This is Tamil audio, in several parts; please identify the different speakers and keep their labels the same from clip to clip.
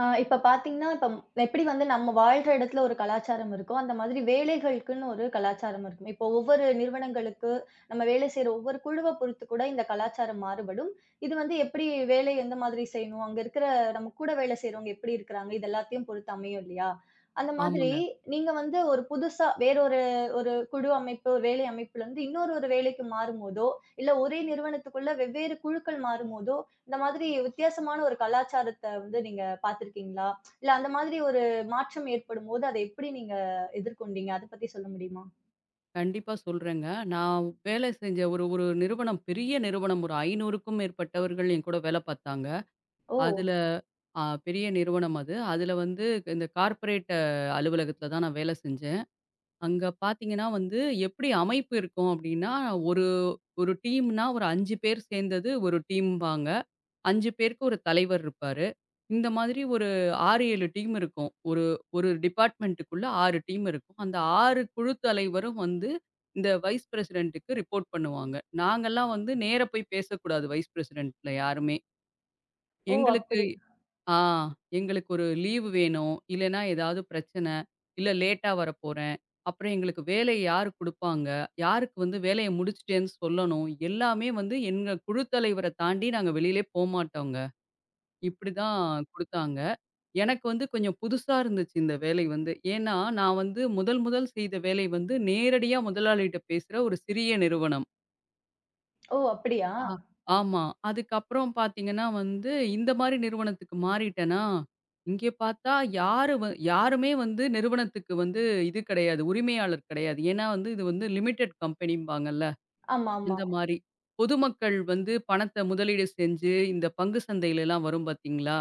Speaker 1: இப்ப பார்த்தீங்கன்னா, இப்ப எப்படி வந்து நம்ம வாழ்ற இடத்துல ஒரு கலாச்சாரம் இருக்கோ, அந்த மாதிரி வேலைகளுக்குன்னு ஒரு கலாச்சாரம் இருக்கும். இப்போ ஒவ்வொரு நிறுவனங்களுக்கு, நம்ம வேலை செய்ற ஒவ்வொரு குழுவ பொறுத்து கூட இந்த கலாச்சாரம் மாறுபடும். இது வந்து எப்படி வேலை எந்த மாதிரி செய்யணும், அங்க இருக்கிற நம்ம கூட வேலை செய்றவங்க எப்படி இருக்கிறாங்க, இது எல்லாத்தையும் பொறுத்து அமையும் இல்லையா? அந்த மாதிரி
Speaker 2: ஆமாங்க.
Speaker 1: நீங்க வந்து ஒரு புதுசா வேற ஒரு ஒரு குழு அமைப்பு, ஒரு வேலை அமைப்புலருந்து இன்னொரு வேலைக்கு மாறும்போதோ, இல்ல ஒரே நிறுவனத்துக்குள்ள வெவ்வேறு குழுக்கள் மாறும்போதோ, இந்த மாதிரி வித்தியாசமான ஒரு கலாச்சாரத்த வந்து நீங்க பார்த்திருக்கீங்களா? இல்ல அந்த மாதிரி ஒரு மாற்றம் ஏற்படும்போது, அத எப்படி நீங்க எதிர்கொண்டீங்க? அத பத்தி சொல்ல முடியுமா?
Speaker 2: கண்டிப்பா சொல்றேங்க. நான் வேலை செஞ்ச ஒரு ஒரு நிறுவனம், பெரிய நிறுவனம் ஒரு 500க்கும் மேற்பட்டவர்கள் என் கூட வேலை பார்த்தாங்க.
Speaker 1: ஓ!
Speaker 2: அதுல பெரிய நிறுவனம் அது. அதுல வந்து இந்த கார்ப்பரேட் அலுவலகத்தில தான் நான் வேலை செஞ்சேன். அங்க பார்த்தீங்கன்னா வந்து, எப்படி அமைப்பு இருக்கும் அப்படின்னா, ஒரு ஒரு டீம்னா ஒரு 5 பேர் சேர்ந்தது ஒரு டீம்பாங்க. 5 பேருக்கு ஒரு தலைவர் இருப்பாரு. இந்த மாதிரி ஒரு 6, 7 டீம் இருக்கும். ஒரு ஒரு டிபார்ட்மெண்ட்டுக்குள்ள 6 டீம் இருக்கும். அந்த 6 குழு தலைவரும் வந்து இந்த வைஸ் பிரசிடென்ட்டுக்கு ரிப்போர்ட் பண்ணுவாங்க. நாங்கலாம் வந்து நேர போய் பேசக்கூடாது வைஸ் பிரசிடென்ட்ல யாருமே.
Speaker 1: ஓ!
Speaker 2: எங்களுக்கு
Speaker 1: அப்படி.
Speaker 2: ஆ எங்களுக்கு ஒரு லீவு வேணும். இல்லன்னா ஏதாவது பிரச்சனை. இல்ல லேட்டா வரப்போறேன். அப்புறம் எங்களுக்கு வேலைய யாரு குடுப்பாங்க? யாருக்கு வந்து வேலைய முடிச்சுட்டேன்னு சொல்லணும். எல்லாமே வந்து எங்க குழு தலைவர தாண்டி நாங்க வெளியிலே போமாட்டோங்க. இப்படிதான் குடுத்தாங்க. எனக்கு வந்து கொஞ்சம் புதுசா இருந்துச்சு இந்த வேலை வந்து. ஏன்னா நான் வந்து முதல் முதல் செய்த வேலை வந்து நேரடியா முதலாளிட்ட பேசுற ஒரு சிறிய நிறுவனம்.
Speaker 1: ஓ! அப்படியா?
Speaker 2: ஆ, ஆமா. அதுக்கப்புறம் பார்த்தீங்கன்னா வந்து, இந்த மாரி நிறுவனத்துக்கு மாறிட்டேனா, இங்கே பார்த்தா யாரு வ யாருமே வந்து நிறுவனத்துக்கு வந்து இது கிடையாது. உரிமையாளர் கிடையாது. ஏன்னா வந்து இது வந்து லிமிட்டெட் கம்பெனிம்பாங்கல்ல.
Speaker 1: ஆமாமா.
Speaker 2: இந்த
Speaker 1: ஆமா.
Speaker 2: மாரி. பொதுமக்கள் வந்து பணத்த முதலீடு செஞ்சு, இந்த பங்கு சந்தையிலலாம் வரும் பார்த்தீங்களா?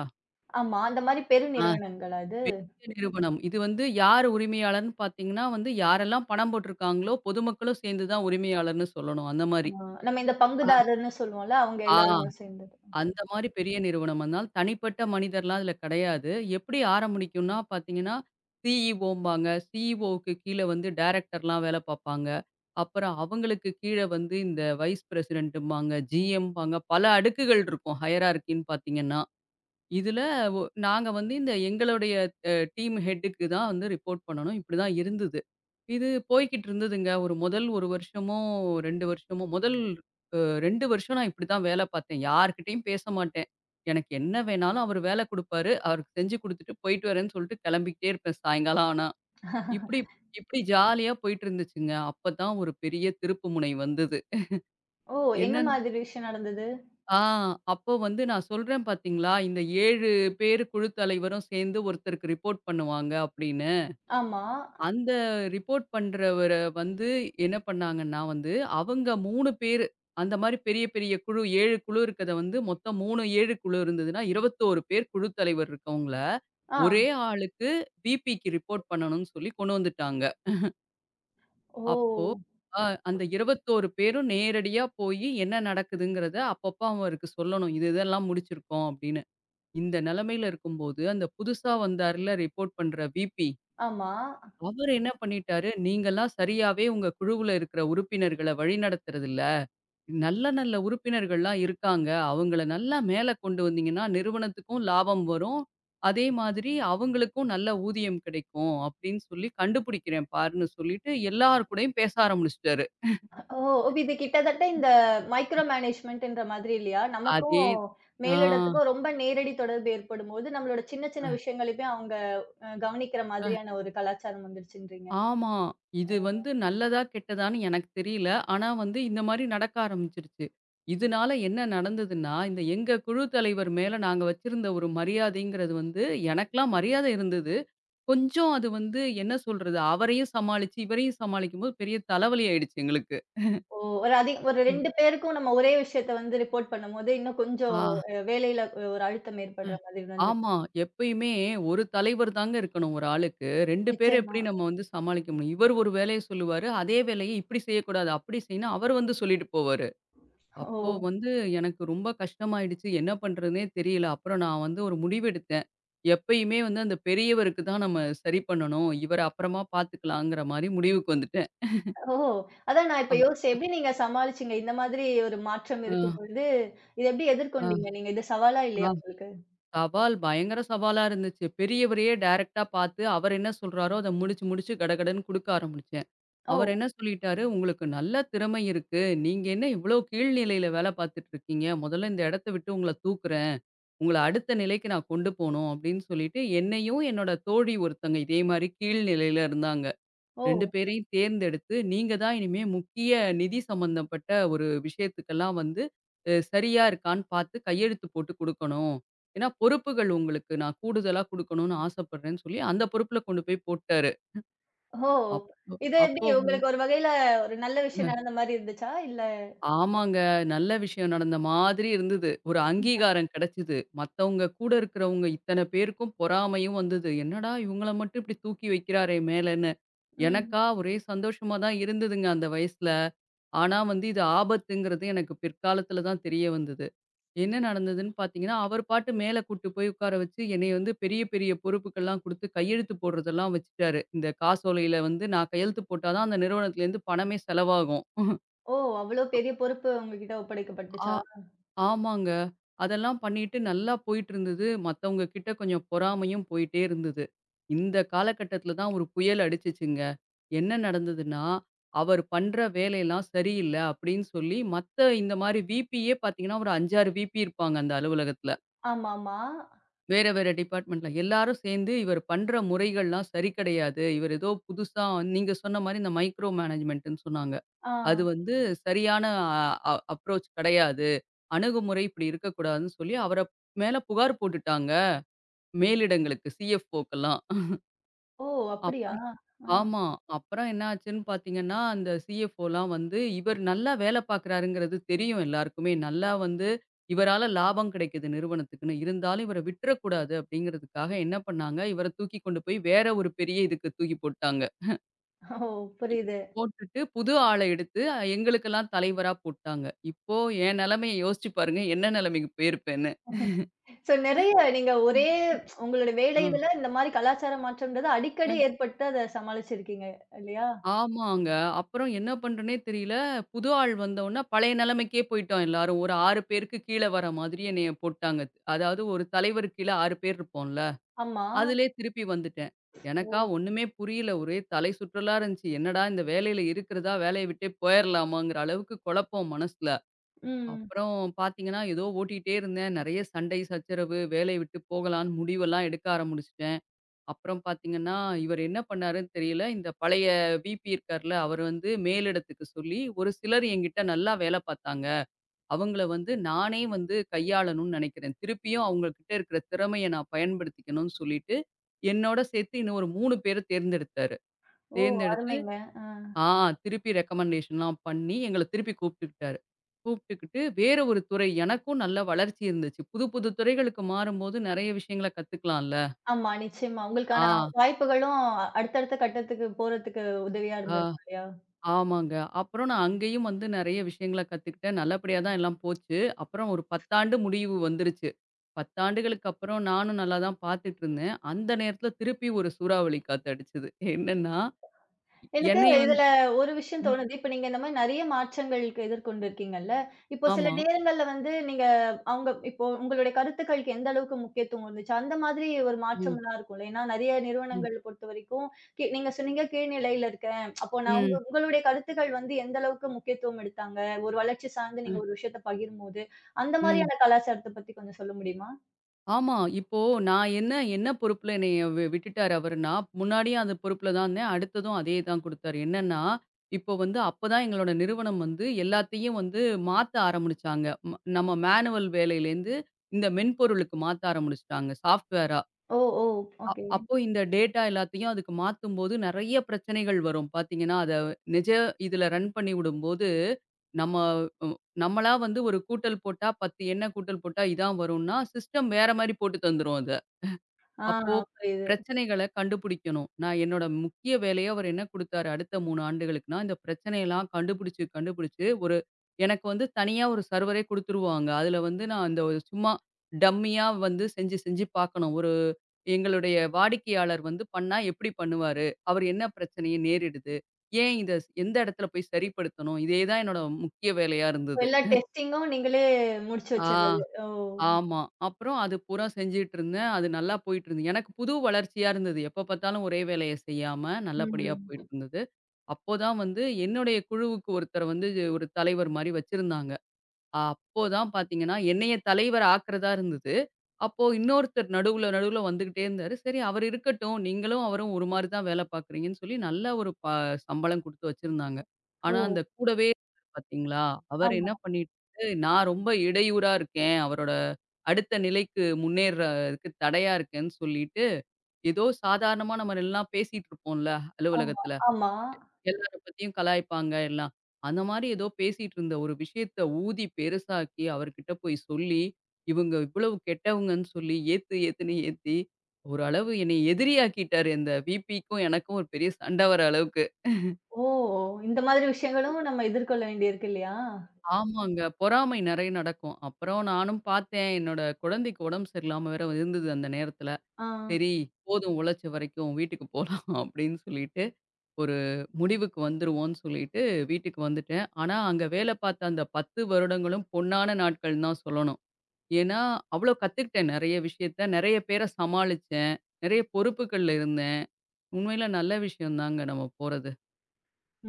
Speaker 1: ஆமா, அந்த மாரி பெரு
Speaker 2: ஆ.
Speaker 1: நிறுவனங்களா இது?
Speaker 2: இந்த நிறுவனம். இது வந்து யார் உரிமையாளர்ன்னு பார்த்தீங்கன்னா வந்து, யாரெல்லாம் பணம் போட்டிருக்காங்களோ பொதுமக்களும் சேர்ந்து தான் உரிமையாளர்ன்னு சொல்லணும். அந்த
Speaker 1: ஆ,
Speaker 2: மாரி.
Speaker 1: நம்ம இந்த
Speaker 2: ஆ,
Speaker 1: பங்குதாரர்ன்னு சொல்லுவோம்ல, அவங்க
Speaker 2: ஆ.
Speaker 1: எல்லாரும் சேர்ந்தது. ஓகே.
Speaker 2: அந்த மாரி பெரிய நிறுவனம் அதனால தனிப்பட்ட மனிதர்லாம் அதில கிடையாது. எப்படி ஆரம்பிக்கும்னா பார்த்தீங்கன்னா, சிஇஓம்பாங்க. சிஇஓவுக்கு கீழ வந்து டைரக்டர்லாம் வேல பார்ப்பாங்க. அப்புறம் அவங்களுக்கு கீழ வந்து இந்த வைஸ் பிரசிடென்ட்டும்பாங்க, ஜிஎம்பாங்க பல அடுக்குகள் இருக்கும். ஹையரார்கின்னு பார்த்தீங்கன்னா. இதுல நாங்க வந்து இந்த எங்களுடைய டீம் ஹெட்டுக்கு தான் வந்து ரிப்போர்ட் பண்ணணும். இப்படிதான் இருந்தது. இது போய்க்கிட்டு இருந்ததுங்க. ஒரு முதல் 1 வருஷமோ, 2 வருஷமோ முதல் அ 2 வருஷம் நான் இப்படிதான் வேல பார்த்தேன். யார்கிட்டயும் பேச மாட்டேன். எனக்கு என்ன வேணாலும் அவரு வேல குடுப்பாரு. அவருக்கு செஞ்சு குடுத்துட்டு போயிட்டு வரேன்னு சொல்லிட்டு கிளம்பிக்கிட்டே இருப்பேன் சாயங்காலம் ஆனா. இப்படி இப்படி ஜாலியா போயிட்டு இருந்துச்சுங்க. அப்பதான் ஒரு பெரிய திருப்பு முனை வந்தது.
Speaker 1: ஓ! என்ன
Speaker 2: என்னன்னா
Speaker 1: மாதிரி விஷயம் நடந்தது?
Speaker 2: ஆ அப்போ வந்து நான் சொல்றேன் பார்த்தீங்களா, இந்த 7 பேரு குழு தலைவரும் சேர்ந்து ஒருத்தருக்கு ரிப்போர்ட் பண்ணுவாங்க அப்படின்னு.
Speaker 1: ஆமா.
Speaker 2: அந்த ரிப்போர்ட் பண்றவர வந்து என்ன பண்ணாங்கன்னா வந்து, அவங்க 3 பேரு அந்த மாரி பெரிய பெரிய குழு 7 குழு இருக்கிறத வந்து மொத்தம் 3 7 குழு இருந்ததுன்னா 21 பேர் குழு தலைவர் இருக்கவங்கள, ஒரே
Speaker 1: ஆ.
Speaker 2: ஆளுக்கு விபிக்கு ரிப்போர்ட் பண்ணணும்னு சொல்லி கொண்டு வந்துட்டாங்க.
Speaker 1: ஓ!
Speaker 2: அப்போ அ அந்த 21 பேரும் நேரடியா போயி என்ன நடக்குதுங்கிறத அப்பப்போ அவருக்கு சொல்லணும். இது இதெல்லாம் முடிச்சிருக்கோம் அப்படின்னு. இந்த நிலைமையில இருக்கும்போது, அந்த புதுசா வந்தார்ல ரிப்போர்ட் பண்ற விபி.
Speaker 1: ஆமா.
Speaker 2: அவரு என்ன பண்ணிட்டாரு, நீங்கலாம் சரியாவே உங்க குழுவுல இருக்கிற உறுப்பினர்கள வழிநடத்துறதில்ல. நல்ல நல்ல உறுப்பினர்கள்லாம் இருக்காங்க. அவங்கள நல்லா மேல கொண்டு வந்தீங்கன்னா, நிறுவனத்துக்கும் லாபம் வரும். அதே மாதிரி அவங்களுக்கும் நல்ல ஊதியம் கிடைக்கும். அப்டின்னு சொல்லி கண்டுபிடிக்கிறேன் பாருன்னு சொல்லிட்டு, எல்லார் கூடயும் பேச ஆரம்பிச்சுட்டாரு.
Speaker 1: ஓ! இது கிட்டத்தட்ட இந்த மைக்ரோ மேனேஜ்மென்ட்ன்ற மாதிரி இல்லையா? நமக்கும்
Speaker 2: அதே ஆ.
Speaker 1: மேலிடத்துக்கும் ரொம்ப நேரடி தொடர்பு ஏற்படும்போது, நம்மளோட சின்ன சின்ன விஷயங்களையுமே அவங்க கவனிக்கிற மாதிரியான ஒரு கலாச்சாரம் வந்துருச்சுன்றீங்க.
Speaker 2: ஆமா. இது
Speaker 1: ஓ!
Speaker 2: வந்து நல்லதா, கெட்டதான்னு எனக்கு தெரியல. ஆனா வந்து இந்த மாரி நடக்க ஆரம்பிச்சுருச்சு. இதனால என்ன நடந்ததுன்னா, இந்த எங்க குழு தலைவர் மேல நாங்க வச்சிருந்த ஒரு மரியாதைங்கிறது வந்து எனக்கெல்லாம் மரியாதை இருந்தது. கொஞ்சம் அது வந்து என்ன சொல்றது, அவரையும் சமாளிச்சு, இவரையும் சமாளிக்கும்போது பெரிய தலைவலி ஆயிடுச்சு எங்களுக்கு.
Speaker 1: ஓ! ஒரு ஒரு
Speaker 2: ம்.
Speaker 1: 2 பேருக்கும் நம்ம ஒரே விஷயத்த வந்து ரிப்போர்ட் பண்ணும்போது, இன்னும் கொஞ்சம்
Speaker 2: ஆ.
Speaker 1: வேலையில ஒரு அழுத்தம்
Speaker 2: அ.
Speaker 1: ஏற்படுற மாதிரி வந்து
Speaker 2: ஆமா. எப்பயுமே ஒரு தலைவர் தாங்க இருக்கணும் ஒரு ஆளுக்கு. 2 பேர
Speaker 1: நிச்சயமா.
Speaker 2: எப்படி நம்ம வந்து சமாளிக்க முடியும்? இவர் ஒரு வேலைய சொல்லுவாரு. அதே வேலைய இப்படி செய்யக்கூடாது, அப்படி செய்யணும் அவர் வந்து சொல்லிட்டு போவாரு.
Speaker 1: ஓ!
Speaker 2: அப்போ வந்து எனக்கு ரொம்ப கஷ்டமாயிடுச்சு. என்ன பண்றதுன்னே தெரியல. அப்புறம் நான் வந்து ஒரு முடிவெடுத்தேன். எப்பயுமே வந்து அந்த பெரியவருக்கு தான் நம்ம சரி பண்ணணும். இவர அப்புறமா பார்த்துக்கலாங்கிற மாரி முடிவுக்கு வந்துட்டேன்.
Speaker 1: ஓ! அதான் நான் இப்ப
Speaker 2: அ
Speaker 1: யோசிச்சேன். எப்படி நீங்க சமாளிச்சீங்க? இந்த மாதிரி ஒரு மாற்றம்
Speaker 2: ஆ
Speaker 1: இருக்கும் பொழுது, இத எப்படி எதிர்கொண்டீங்க?
Speaker 2: ஆ
Speaker 1: நீங்க இது சவாலா
Speaker 2: ஆ
Speaker 1: இல்லையா உங்களுக்கு?
Speaker 2: சவால் பயங்கர சவாலா இருந்துச்சு. பெரியவரையே டைரக்ட்டா பார்த்து அவர் என்ன சொல்றாரோ அத முடிச்சு, முடிச்சு கடகடன்னு குடுக்க ஆரம்பிச்சேன். அவர்
Speaker 1: ஓ!
Speaker 2: என்ன சொல்லிட்டாரு, "உங்களுக்கு நல்ல திறமை இருக்கு. நீங்க என்ன இவ்ளோ கீழ்நிலையில வேல பார்த்துட்டு இருக்கீங்க? முதல்ல இந்த இடத்த விட்டு உங்கள தூக்குறேன்." உங்கள அடுத்த நிலைக்கு நான் கொண்டு போணும் அப்படின்னு சொல்லிட்டு, என்னையும் என்னோட தோழி ஒருத்தங்க இதே மாரி கீழ் நிலையில இருந்தாங்க. 2
Speaker 1: ஓ!
Speaker 2: பேரையும் தேர்ந்தெடுத்து, நீங்க தான் இனிமே முக்கிய நிதி சம்மந்தப்பட்ட ஒரு விஷயத்துக்கெல்லாம் வந்து சரியா இருக்கான்னு பார்த்து கையெழுத்து போட்டு குடுக்கணும். ஏன்னா பொறுப்புகள் உங்களுக்கு நான் கூடுதலா குடுக்கணும்னு ஆசைப்படுறேன்னு சொல்லி, அந்த பொறுப்புல கொண்டு போய் போட்டாரு.
Speaker 1: ஓ!
Speaker 2: அப்போ
Speaker 1: இது எப்படி
Speaker 2: அப்போ
Speaker 1: உங்களுக்கு ஒரு வகையில ஒரு நல்ல விஷயம் நடந்த மாரி இருந்துச்சா? இல்ல
Speaker 2: ஆமாங்க. நல்ல விஷயம் நடந்த மாதிரி இருந்தது. ஒரு
Speaker 1: ம்.
Speaker 2: அங்கீகாரம் கிடைச்சது. மத்தவங்க கூட இருக்கிறவங்க இத்தன பேருக்கும் பொறாமையும் வந்தது. என்னடா இவங்கள மட்டும் இப்படி தூக்கி வைக்கிறாரே மேலன்னு.
Speaker 1: ம்.
Speaker 2: எனக்கா ஒரே சந்தோஷமா தான் இருந்ததுங்க அந்த வயசுல. ஆனா வந்து இது ஆபத்துங்கிறது எனக்கு பிற்காலத்துல தான் தெரிய வந்தது. என்ன நடந்ததுன்னு பார்த்தீங்கன்னா, அவர் பாட்டு மேல கூட்டு போய் உட்கார வச்சு என்னைய வந்து பெரிய பெரிய பொறுப்புக்கெல்லாம் குடுத்து கையெழுத்து போடுறதெல்லாம் வச்சுட்டாரு. இந்த காசோலையில வந்து நான் கையெழுத்து போட்டா தான் அந்த நிறுவனத்திலேருந்து பணமே செலவாகும்.
Speaker 1: ஓ! அவ்ளோ பெரிய பொறுப்பு உங்ககிட்ட
Speaker 2: ஆ.
Speaker 1: ஒப்படைக்கப்பட்டுச்சா?
Speaker 2: ஆமாங்க. அதெல்லாம் பண்ணிட்டு நல்லா போயிட்டு இருந்தது. மத்தவங்க கிட்ட கொஞ்சம் பொறாமையும் போயிட்டே இருந்தது. இந்த காலகட்டத்தில தான் ஒரு புயல் அடிச்சுச்சுங்க. என்ன நடந்ததுன்னா, அவர் பண்ற வேலையெல்லாம் சரியில்ல அப்படின்னு சொல்லி, மத்த இந்த மாரி விபியே பார்த்தீங்கன்னா, ஒரு 5, 6 விபி இருப்பாங்க அந்த அலுவலகத்தில.
Speaker 1: ஆமாமா.
Speaker 2: வேற வேற டிபார்ட்மெண்ட்ல. எல்லாரும் சேர்ந்து இவர் பண்ற முறைகள்லாம் சரி கிடையாது. இவர் ஏதோ புதுசா நீங்க சொன்ன மாரி இந்த மைக்ரோ மேனேஜ்மென்ட்ன்னு சொன்னாங்க.
Speaker 1: ஆ.
Speaker 2: அது வந்து சரியான அ அ அப்ரோச் கிடையாது. அணுகுமுறை இப்படி இருக்கக்கூடாதுன்னு சொல்லி அவர மேல புகார் போட்டுட்டாங்க. மேலிடங்களுக்கு சிஎஃப்ஓக்கெல்லாம்.
Speaker 1: ஓ! அப்படியா?
Speaker 2: அப்புறம்
Speaker 1: ஆ.
Speaker 2: ஆமா. அப்புறம் என்ன ஆச்சுன்னு பார்த்தீங்கன்னா, அந்த சிஎஃப்ஓலாம் வந்து இவர் நல்லா வேலை பார்க்குறாருங்கிறது தெரியும் எல்லாருக்குமே. நல்லா வந்து இவரால லாபம் கிடைக்குது நிறுவனத்துக்குன்னு. இருந்தாலும் இவர விட்டுறக்கூடாது அப்படிங்கிறதுக்காக என்ன பண்ணாங்க, இவர தூக்கி கொண்டு போய் வேற ஒரு பெரிய இதுக்கு தூக்கி போட்டாங்க.
Speaker 1: ஓ! புரியுது.
Speaker 2: போட்டுட்டு புது ஆள எடுத்து எங்களுக்கெல்லாம் தலைவரா போட்டாங்க. இப்போ என் நிலைமைய யோசிச்சு பாருங்க, என்ன நிலைமைக்கு போயிருப்பேன்னு.
Speaker 1: ஸோ நெறைய நீங்க ஒரே உங்களோட வேலை
Speaker 2: ஆ.
Speaker 1: இதுல இந்த மாரி கலாச்சார மாற்றம்ன்றது அடிக்கடி ஏற்பட்டு அத சமாளிச்சிருக்கீங்க இல்லையா?
Speaker 2: ஆமாங்க. அப்புறம் என்ன பண்றதுன்னே தெரியல. புது ஆள் வந்தோன்ன பழைய நிலைமைக்கே போயிட்டோம் எல்லாரும். ஒரு 6 பேருக்கு கீழ வர மாதிரி என்னைய போட்டாங்க. அதாவது ஒரு தலைவருக்கு கீழ 6 பேர் இருப்போம்ல.
Speaker 1: ஆமா.
Speaker 2: அதிலயே திருப்பி வந்துட்டேன். எனக்கா
Speaker 1: ஓ!
Speaker 2: ஒண்ணுமே புரியல. ஒரே தலை சுற்றலா இருந்துச்சு. என்னடா இந்த வேலையில இருக்கிறதா வேலைய விட்டே போயிரலாமாங்கிற அளவுக்கு குழப்பம் மனசுல.
Speaker 1: ம்.
Speaker 2: அப்புறம் பார்த்தீங்கன்னா, ஏதோ ஓட்டிட்டே இருந்தேன். நெறைய சண்டை, சச்சரவு, வேலைய விட்டு போகலான்னு முடிவெல்லாம் எடுக்க ஆரம்பிச்சுட்டேன். அப்புறம் பார்த்தீங்கன்னா, இவரு என்ன பண்ணாருன்னு தெரியல. இந்த பழைய விபி இருக்கார்ல, அவரு வந்து மேலிடத்துக்கு சொல்லி, ஒரு சிலர் என்கிட்ட நல்லா வேல பார்த்தாங்க. அவங்கள வந்து நானே வந்து கையாளணும்னு நெனைக்கிறேன். திருப்பியும் அவங்க கிட்ட இருக்கிற திறமைய நான் பயன்படுத்திக்கணும்னு சொல்லிட்டு, என்னோட சேர்த்து இன்னும் ஒரு 3 பேர தேர்ந்தெடுத்தாரு.
Speaker 1: ஓ!
Speaker 2: தேர்ந்தெடுத்து
Speaker 1: அருமைங்க. ஆ.
Speaker 2: ஆ திருப்பி ரெக்கமெண்டேஷன்லாம் பண்ணி, எங்கள திருப்பி கூப்பிட்டுக்கிட்டாரு. கூப்பிட்டுக்கிட்டு வேற ஒரு துறை எனக்கும் நல்ல வளர்ச்சி இருந்துச்சு. புது புது துறைகளுக்கு மாறும்போது நெறைய விஷயங்கள கத்துக்கலாம்ல.
Speaker 1: ஆமா, நிச்சயமா. உங்களுக்கான
Speaker 2: ஆ,
Speaker 1: வாய்ப்புகளும் அடுத்தடுத்த கட்டத்துக்கு போறதுக்கு உதவியா
Speaker 2: ஆ.
Speaker 1: இருந்திருக்கும் இல்லையா?
Speaker 2: ஆமாங்க. அப்புறம் நான் அங்கேயும் வந்து நெறைய விஷயங்கள கத்துக்கிட்டேன். நல்லபடியா தான் எல்லாம் போச்சு. அப்புறம் ஒரு 10 ஆண்டு முடிவு வந்துருச்சு. 10 ஆண்டுகளுக்கு அப்புறம் நானும் நல்லா தான் பார்த்துட்டுருந்தேன். அந்த நேரத்தில திருப்பி ஒரு சூறாவளி காத்து அடிச்சது. என்னன்னா,
Speaker 1: எனக்கு
Speaker 2: என்னைய வந்து
Speaker 1: இதுல ஒரு விஷயம்
Speaker 2: ம்.
Speaker 1: தோணுது. இப்ப நீங்க இந்த மாரி நெறைய மாற்றங்களுக்கு எதிர்கொண்டிருக்கீங்கல்ல. இப்போ சில
Speaker 2: ஆமா.
Speaker 1: நேரங்கள்ல வந்து நீங்க அவங்க இப்போ உங்களுடைய கருத்துக்களுக்கு எந்த அளவுக்கு முக்கியத்துவம் இருந்துச்சு? அந்த மாதிரி ஒரு
Speaker 2: ம்.
Speaker 1: மாற்றம்லாம் இருக்கும்ல. ஏன்னா நெறைய
Speaker 2: ம்.
Speaker 1: நிறுவனங்கள் பொறுத்தவரைக்கும் நீங்க சொன்னீங்க கீழ் நிலையில இருக்கேன். அப்போ நான் உங்க
Speaker 2: ம்.
Speaker 1: உங்களுடைய கருத்துக்கள் வந்து எந்த அளவுக்கு முக்கியத்துவம் எடுத்தாங்க? ஒரு வளர்ச்சி சார்ந்து
Speaker 2: அ.
Speaker 1: நீங்க ஒரு விஷயத்த பகிரும்போது, அந்த
Speaker 2: ம்.
Speaker 1: மாரியான கலாச்சாரத்த பத்தி கொஞ்சம் சொல்ல முடியுமா?
Speaker 2: ஆமா. இப்போ நான் என்ன என்ன பொறுப்புல என்னைய வி விட்டுட்டாரு அவருன்னா, முன்னாடியும் அந்த பொறுப்புல தான் இருந்தேன். அடுத்ததும் அதே தான் குடுத்தாரு. என்னன்னா, இப்போ வந்து அப்பதான் எங்களோட நிறுவனம் வந்து எல்லாத்தையும் வந்து மாத்த ஆரம்பிச்சாங்க. நம்ம மேனுவல் வேலையிலேருந்து இந்த மென்பொருளுக்கு மாத்த ஆரம்பிச்சுட்டாங்க. சாஃப்ட்வேரா.
Speaker 1: ஓ! ஓ! ஓகே.
Speaker 2: அப்போ இந்த டேட்டா எல்லாத்தையும் அதுக்கு மாத்தும்போது நெறைய பிரச்சனைகள் வரும் பார்த்தீங்கன்னா, அத நிஜ இதுல ரன் பண்ணி விடும்போது, நம்ம உ நம்மளா வந்து ஒரு கூட்டல் போட்டா 10 எண்ண கூட்டல் போட்டா இதான் வரும்னா, சிஸ்டம் வேற மாரி போட்டு தந்துரும் அது.
Speaker 1: ஆ
Speaker 2: அப்போ
Speaker 1: புரியுது.
Speaker 2: பிரச்சனைகள கண்டுபிடிக்கணும். நான் என்னோட முக்கிய வேலையா அவரு என்ன குடுத்தாரு அடுத்த 3 ஆண்டுகளுக்குன்னா, இந்த பிரச்சனையெல்லாம் கண்டுபிடிச்சு, கண்டுபிடிச்சு எனக்கு வந்து தனியா ஒரு சர்வரே குடுத்துருவாங்க. அதுல வந்து நான் அந்த ஒரு சும்மா டம்மியா வந்து செஞ்சு, செஞ்சு பார்க்கணும். ஒரு எங்களுடைய வாடிக்கையாளர் வந்து பண்ணா எப்படி பண்ணுவாரு? அவர் என்ன பிரச்சனைய நேரிடுது? ஏன் இத எந்த இடத்துல போய் சரிப்படுத்தணும்? இதே தான் என்னோட முக்கிய வேலையா இருந்தது.
Speaker 1: எல்லா டெஸ்டிங்கும் நீங்களே முடிச்சு
Speaker 2: ஆ.
Speaker 1: வச்சுர்றது. ஓ!
Speaker 2: ஆமா. அப்புறம் அது பூரா செஞ்சுட்டு இருந்தேன். அது நல்லா போயிட்டு இருந்தது. எனக்கு புது வளர்ச்சியா இருந்தது. எப்ப பார்த்தாலும் ஒரே வேலைய செய்யாம நல்லபடியா
Speaker 1: ம்.
Speaker 2: போயிட்டு இருந்தது. அப்போதான் வந்து என்னுடைய குழுவுக்கு ஒருத்தர் வந்து ஒரு தலைவர் மாரி வச்சிருந்தாங்க. அப்போதான் பார்த்தீங்கன்னா, என்னைய தலைவர் ஆக்குறதா இருந்தது. அப்போ இன்னொருத்தர் நடுவுல வந்துகிட்டே இருந்தாரு. சரி அவரு இருக்கட்டும். நீங்களும் அவரும் ஒரு மாரி தான் வேல பார்க்குறீங்கன்னு சொல்லி நல்ல ஒரு ப சம்பளம் குடுத்து வச்சிருந்தாங்க.
Speaker 1: ஓ!
Speaker 2: ஆனா, அந்த கூடவே இருக்காரு பார்த்தீங்களா, அவர்
Speaker 1: ஆமா,
Speaker 2: என்ன பண்ணிட்டாரு, நான் ரொம்ப இடையூறா இருக்கேன். அவரோட அடுத்த நிலைக்கு முன்னேறதுக்கு தடையா இருக்கேன்னு சொல்லிட்டு, ஏதோ சாதாரணமா நம்ம எல்லாம் பேசிட்டு இருப்போம்ல
Speaker 1: ஆமா,
Speaker 2: அலுவலகத்துல.
Speaker 1: ஆமா.
Speaker 2: எல்லார பத்தியும் கலாய்ப்பாங்க எல்லாம். அந்த மாரி ஏதோ பேசிட்டு இருந்த ஒரு விஷயத்த ஊதி பெருசாக்கி அவர்கிட்ட போய் சொல்லி, இவங்க இவ்வளவு கெட்டவங்கன்னு சொல்லி ஏத்து ஏத்துன்னு ஏத்தி, ஓரளவு என்னைய எதிரியாக்கிட்டாரு. இந்த விபிக்கும் எனக்கும் ஒரு பெரிய சண்டை வர அளவுக்கு.
Speaker 1: ஓ! இந்த மாதிரி விஷயங்களும் நம்ம எதிர்கொள்ள வேண்டியிருக்கு இல்லையா?
Speaker 2: ஆமாங்க. பொறாமை நெறைய நடக்கும். அப்புறம் நானும் பார்த்தேன். என்னோட குழந்தைக்கு உடம்பு சரியில்லாம வேற இருந்தது அந்த நேரத்துல.
Speaker 1: ஆ.
Speaker 2: சரி போதும் உழைச்ச வரைக்கும் வீட்டுக்கு போலாம் அப்படின்னு சொல்லிட்டு ஒரு முடிவுக்கு வந்துருவோம்ன்னு சொல்லிட்டு வீட்டுக்கு வந்துட்டேன். ஆனா, அங்க வேலை பார்த்த அந்த 10 வருடங்களும் பொன்னான நாட்கள்ன்னு தான் சொல்லணும். ஏன்னா, அவ்ளோ கத்துக்கிட்டேன் நெறைய விஷயத்த. நெறைய பேர சமாளிச்சேன். நெறைய பொறுப்புகள்ல இருந்தேன். உண்மையில நல்ல விஷயம் தாங்க நம்ம போறது.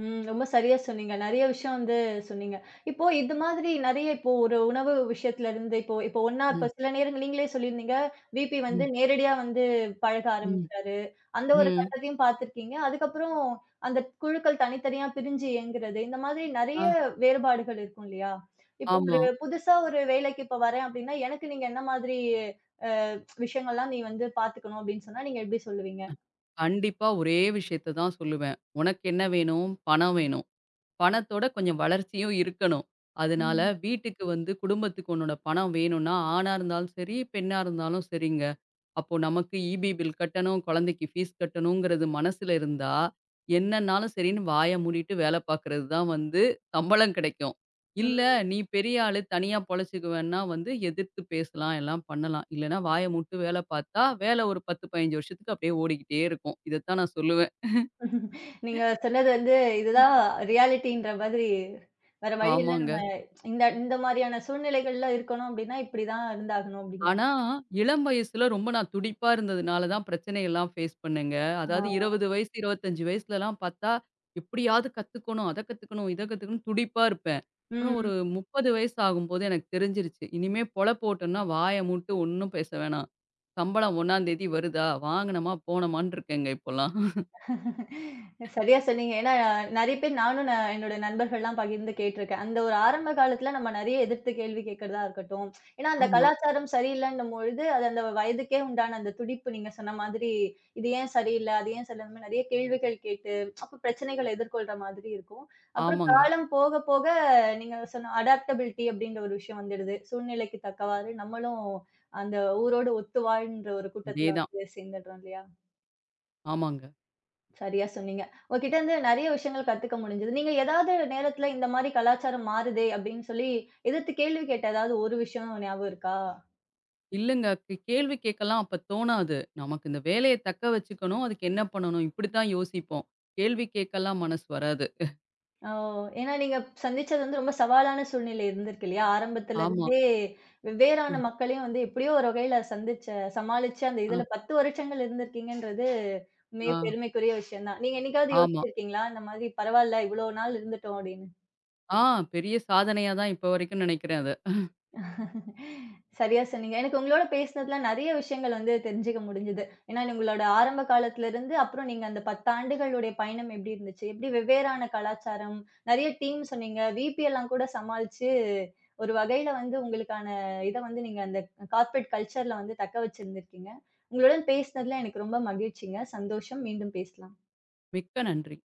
Speaker 1: ம். ரொம்ப சரியா சொன்னீங்க. நெறைய விஷயம் வந்து சொன்னீங்க. இப்போ இது மாதிரி நெறைய இப்போ ஒரு உணவு விஷயத்துல இருந்து இப்போ இப்போ ஒண்ணா இப்ப
Speaker 2: ம்.
Speaker 1: சில நேரங்கள் நீங்களே சொல்லியிருந்தீங்க. விபி வந்து
Speaker 2: ம்.
Speaker 1: நேரடியா வந்து பழக
Speaker 2: ம்.
Speaker 1: ஆரம்பிச்சாரு. அந்த ஒரு
Speaker 2: ம்.
Speaker 1: கட்டத்தையும் பார்த்திருக்கீங்க. அதுக்கப்புறம் அந்த குழுக்கள் தனித்தனியா பிரிஞ்சு இயங்குறது. இந்த மாதிரி நெறைய
Speaker 2: ஆ.
Speaker 1: வேறுபாடுகள் இருக்கும் இல்லையா? இப்போ ஒரு
Speaker 2: ஆமா.
Speaker 1: புதுசா ஒரு வேலைக்கு இப்ப வரேன் அப்டின்னா, எனக்கு நீங்க என்ன மாதிரி அ விஷயங்கள்லாம் நீ வந்து பார்த்துக்கணும் அப்டின்னு சொன்னா, நீங்க எப்டி சொல்லுவீங்க?
Speaker 2: கண்டிப்பா ஒரே விஷயத்த தான் சொல்லுவேன். உனக்கு என்ன வேணும்? பணம் வேணும். பணத்தோட கொஞ்சம் வளர்ச்சியும் இருக்கணும். அதனால
Speaker 1: ம்.
Speaker 2: வீட்டுக்கு வந்து குடும்பத்துக்கு உன்னோட பணம் வேணும்னா, ஆணா இருந்தாலும் சரி, பெண்ணா இருந்தாலும் சரிங்க. அப்போ நமக்கு ஈபி பில் கட்டணும், குழந்தைக்கு ஃபீஸ் கட்டணுங்கிறது மனசுல இருந்தா, என்னன்னாலும் சரின்னு வாய மூடிட்டு வேல பார்க்கறது தான் வந்து சம்பளம் கிடைக்கும். இல்ல
Speaker 1: ம்.
Speaker 2: நீ பெரிய ஆளு தனியா பொழைச்சுக்குவேன்னா வந்து எதிர்த்து பேசலாம், எல்லாம் பண்ணலாம். இல்லன்னா வாய மூட்டு வேல பார்த்தா, வேல ஒரு 10, 15 வருஷத்துக்கு அப்படியே ஓடிக்கிட்டே இருக்கும். இதத்தான் நான் சொல்லுவேன்.
Speaker 1: நீங்க சொன்னது வந்து, இதுதான் ரியாலிட்டின்ற மாதிரி, வேற வழி இல்ல.
Speaker 2: ஆமாங்க.
Speaker 1: நம்ம இந்த இந்த மாரியான சூழ்நிலைகள்ல இருக்கணும் அப்டின்னா, இப்டிதான் இருந்தாகணும் அப்டிங்கிற
Speaker 2: ஆனா, இளம் வயசுல ரொம்ப நான் துடிப்பா இருந்ததுனால தான் பிரச்சனையெல்லாம் ஃபேஸ் பண்ணேங்க. அதாவது
Speaker 1: ஆ.
Speaker 2: 20 வயசு, 25 வயசுலலாம் பார்த்தா, எப்படியாவது கத்துக்கணும், அத கத்துக்கணும், இத கத்துக்கணும்னு துடிப்பா இருப்பேன். அப்புறம்
Speaker 1: ம்.
Speaker 2: ஒரு 30 வயசு ஆகும்போது எனக்கு தெரிஞ்சிருச்சு. இனிமே பொழப்பு ஓட்டணும்னா வாய மூட்டு ஒண்ணும் பேச வேணாம். சம்பளம் 1 தேதி வருதா? வாங்குனோமா, போனோமான்னு இருக்கேங்க இப்போலாம்.
Speaker 1: சரியா சொன்னீங்க. ஏன்னா, நெறைய பேர் நானும் என்னோட நண்பர்கள்லாம் பகிர்ந்து கேட்டுருக்கேன். அந்த ஒரு ஆரம்ப காலத்துல நம்ம நெறைய எதிர்த்து கேள்வி கேட்கிறதா இருக்கட்டும். ஏன்னா, அந்த
Speaker 2: ஆமா.
Speaker 1: கலாச்சாரம் சரியில்லன்னும் பொழுது, அது அந்த வயதுக்கே உண்டான அந்த துடிப்பு நீங்க சொன்ன மாதிரி, இது ஏன் சரியில்ல? அது ஏன் சரியில்ல? அந்த மாரி நெறைய கேள்விகள் கேட்டு, அப்ப பிரச்சனைகள எதிர்கொள்ற மாதிரி இருக்கும். அப்புறம்
Speaker 2: ஆமாங்க.
Speaker 1: காலம் போக போக நீங்க சொன்ன அடாப்டபிலிட்டி அப்படின்ற ஒரு விஷயம் வந்துடுது. சூழ்நிலைக்கு தக்கவாறு நம்மளும் அந்த ஊரோடு ஒத்து வாழ்ன்ற ஒரு கூட்டத்துல
Speaker 2: அதேதான்.
Speaker 1: வந்து சேர்ந்துடுறோம் இல்லையா?
Speaker 2: ஆமாங்க.
Speaker 1: சரியா சொன்னீங்க. உங்ககிட்ட இருந்து நெறைய விஷயங்கள் கத்துக்க முடிஞ்சது. நீங்க ஏதாவது நேரத்துல இந்த மாரி கலாச்சாரம் மாறுதே அப்படின்னு சொல்லி, எதிர்த்து கேள்வி கேட்ட ஏதாவது ஒரு விஷயம் ஞாபகம் இருக்கா?
Speaker 2: இல்லங்க. கேள்வி கேட்கலாம் அப்ப தோணாது. நமக்கு இந்த வேலைய தக்க வச்சுக்கணும். அதுக்கு என்ன பண்ணணும்? இப்படித்தான் யோசிப்போம். கேள்வி கேட்கலாம் மனசு வராது.
Speaker 1: ஓ! ஏன்னா நீங்க சந்திச்சது வந்து ரொம்ப சவாலான சூழ்நிலை இருந்திருக்கு இல்லையா? ஆரம்பத்துல
Speaker 2: ஆமா.
Speaker 1: இருந்தே
Speaker 2: அ,
Speaker 1: வெவ்வேறான மக்களையும் வந்து எப்படியோ ஒரு வகையில சந்திச்ச சமாளிச்சு அந்த
Speaker 2: அ,
Speaker 1: இதுல 10 வருஷங்கள் இருந்திருக்கீங்கன்றது உண்மையே
Speaker 2: ஆ,
Speaker 1: பெருமைக்குரிய விஷயம் தான். நீங்க என்னைக்காவது
Speaker 2: ஆமா.
Speaker 1: யோசிச்சிருக்கீங்களா? இந்த மாதிரி பரவால்ல இவ்வளோ நாள் இருந்துட்டோம் அப்படின்னு?
Speaker 2: ஆ பெரிய சாதனையா தான் இப்ப வரைக்கும் நினைக்கிறேன் அத.
Speaker 1: சரியா சொன்னீங்க. எனக்கு உங்களோட பேசினதுல நெறைய விஷயங்கள் வந்து தெரிஞ்சுக்க முடிஞ்சது. ஏன்னா, உங்களோட ஆரம்ப காலத்திலருந்து அப்புறம் நீங்க அந்த 10 ஆண்டுகளுடைய பயணம் எப்படி இருந்துச்சு? எப்படி வெவ்வேறான கலாச்சாரம், நெறைய டீம் சொன்னீங்க. விபி எல்லாம் கூட சமாளிச்சு, ஒரு வகையில வந்து உங்களுக்கான இத வந்து நீங்க அந்த கார்ப்பரேட் கல்ச்சர்ல வந்து தக்க வச்சிருந்திருக்கீங்க. உங்களுடன் பேசினதுல எனக்கு ரொம்ப மகிழ்ச்சிங்க. சந்தோஷம். மீண்டும் பேசலாம்.
Speaker 2: மிக்க நன்றி.